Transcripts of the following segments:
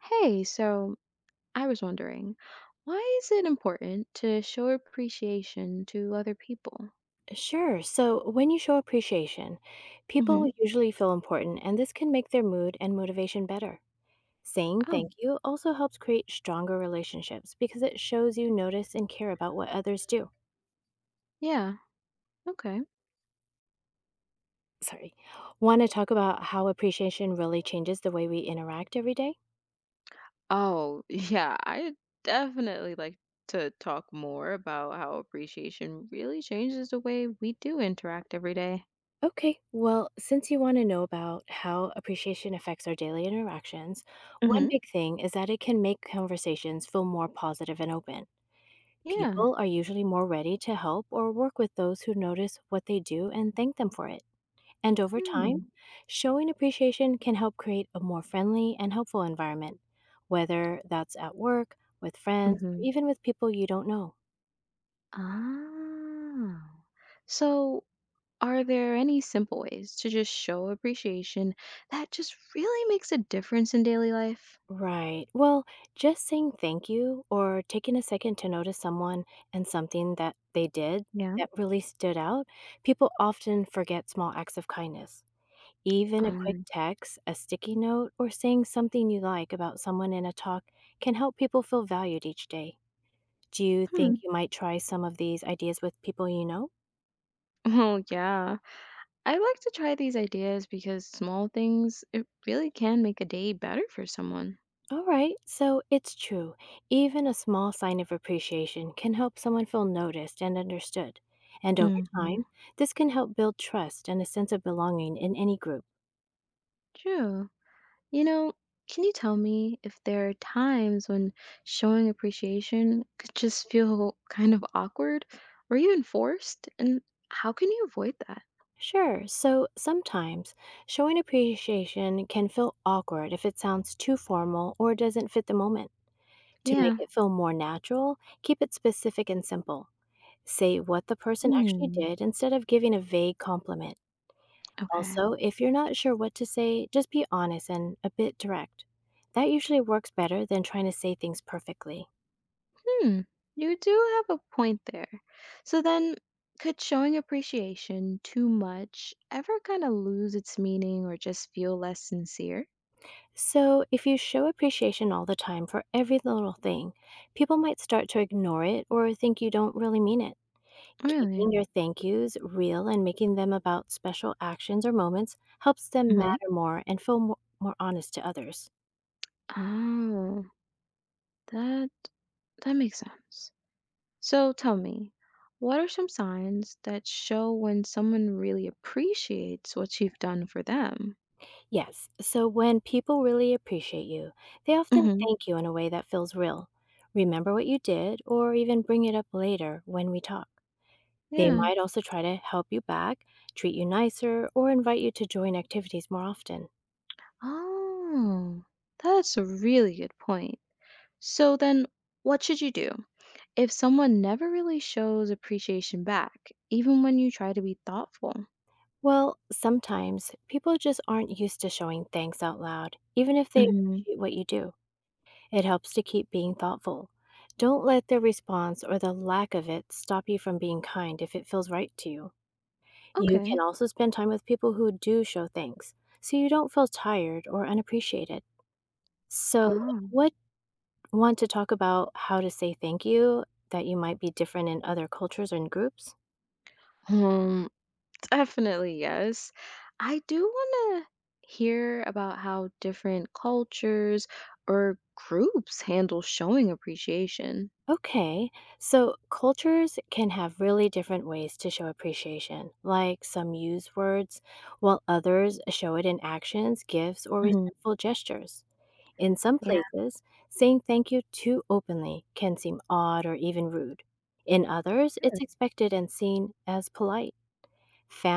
Hey, so I was wondering, why is it important to show appreciation to other people? Sure. So when you show appreciation, people Hmm. Usually feel important, and this can make their mood and motivation better. Saying Oh, thank you also helps create stronger relationships because it shows you notice and care about what others do. yeah, okay. Sorry. Want to talk about how appreciation really changes the way we interact every day? Oh, yeah. I definitely like to talk more about how appreciation really changes the way we do interact every day. Okay, well, since you want to know about how appreciation affects our daily interactions, one Mm-hmm. big thing is that it can make conversations feel more positive and open. Yeah. People are usually more ready to help or work with those who notice what they do and thank them for it. And over Hmm. time, showing appreciation can help create a more friendly and helpful environment, whether that's at work, with friends, or Mm-hmm. even with people you don't know. Ah. So, are there any simple ways to just show appreciation that just really makes a difference in daily life? Right. Well, just saying thank you or taking a second to notice someone and something that they did Yeah. that really stood out, people often forget small acts of kindness. Oh, Even a quick Mm. text, a sticky note, or saying something you like about someone in a talk can help people feel valued each day. Do you think Hmm. you might try some of these ideas with people you know? Oh, yeah. I like to try these ideas because small things, it really can make a day better for someone. All right, so it's true. Even a small sign of appreciation can help someone feel noticed and understood. And over Hmm. time, this can help build trust and a sense of belonging in any group. True. You know, can you tell me if there are times when showing appreciation could just feel kind of awkward or even forced? And how can you avoid that? Sure, so sometimes showing appreciation can feel awkward if it sounds too formal or doesn't fit the moment. To make Yeah. it feel more natural, keep it specific and simple. Say what the person actually Hmm. did instead of giving a vague compliment. Okay. Also, if you're not sure what to say, just be honest and a bit direct. That usually works better than trying to say things perfectly. Hmm, you do have a point there. So then, could showing appreciation too much ever kind of lose its meaning or just feel less sincere? So, if you show appreciation all the time for every little thing, people might start to ignore it or think you don't really mean it. Really? Keeping your thank yous real and making them about special actions or moments helps them hmm matter more and feel more honest to others. Oh, that that makes sense. So tell me, what are some signs that show when someone really appreciates what you've done for them? Yes, so when people really appreciate you, they often Hmm. thank you in a way that feels real. Remember what you did, or even bring it up later when we talk. They Yeah. might also try to help you back, treat you nicer, or invite you to join activities more often. Oh, that's a really good point. So then, what should you do if someone never really shows appreciation back, even when you try to be thoughtful? Well, sometimes people just aren't used to showing thanks out loud, even if they Hmm. appreciate what you do. It helps to keep being thoughtful. Don't let their response or the lack of it stop you from being kind if it feels right to you. You can Okay. also spend time with people who do show thanks, so you don't feel tired or unappreciated. So, Oh, what want to talk about how to say thank you that you might be different in other cultures and groups? um, definitely yes. I do want to hear about how different cultures or groups handle showing appreciation. Okay, so cultures can have really different ways to show appreciation. Like some use words, while others show it in actions, gifts, or Hmm. respectful gestures. In some Yeah. places, saying thank you too openly can seem odd or even rude. In others, it's expected and seen as polite.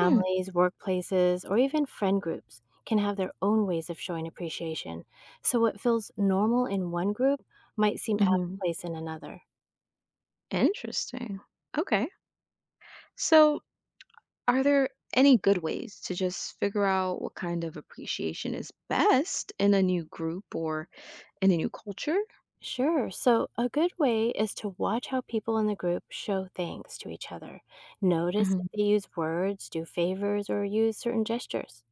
Hmm. workplaces, or even friend groups can have their own ways of showing appreciation, so what feels normal in one group might seem out of hmm place in another. Interesting. Okay. So, are there any good ways to just figure out what kind of appreciation is best in a new group or in a new culture? Sure. So, a good way is to watch how people in the group show thanks to each other. Notice Mhm. if they use words, do favors, or use certain gestures.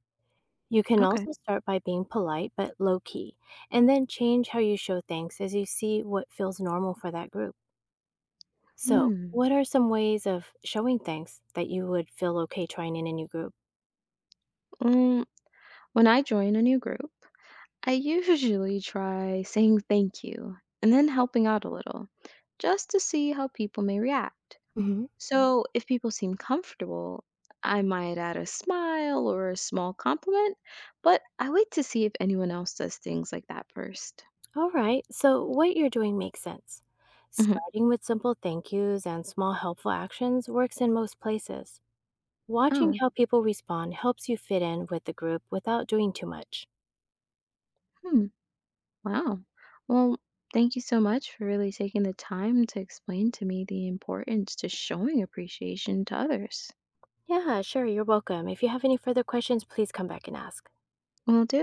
You can Okay. also start by being polite but low key, and then change how you show thanks as you see what feels normal for that group. So, Hmm. what are some ways of showing thanks that you would feel okay trying in a new group? Mm, when I join a new group, I usually try saying thank you and then helping out a little just to see how people may react. Mhm. So if people seem comfortable, I might add a smile or a small compliment, but I wait to see if anyone else does things like that 1st. All right, so what you're doing makes sense. Starting with simple thank yous and small helpful actions works in most places. Watching Oh, how people respond helps you fit in with the group without doing too much. hmm. Wow. Well, thank you so much for really taking the time to explain to me the importance to showing appreciation to others. Yeah, sure, you're welcome. If you have any further questions, please come back and ask. Will do.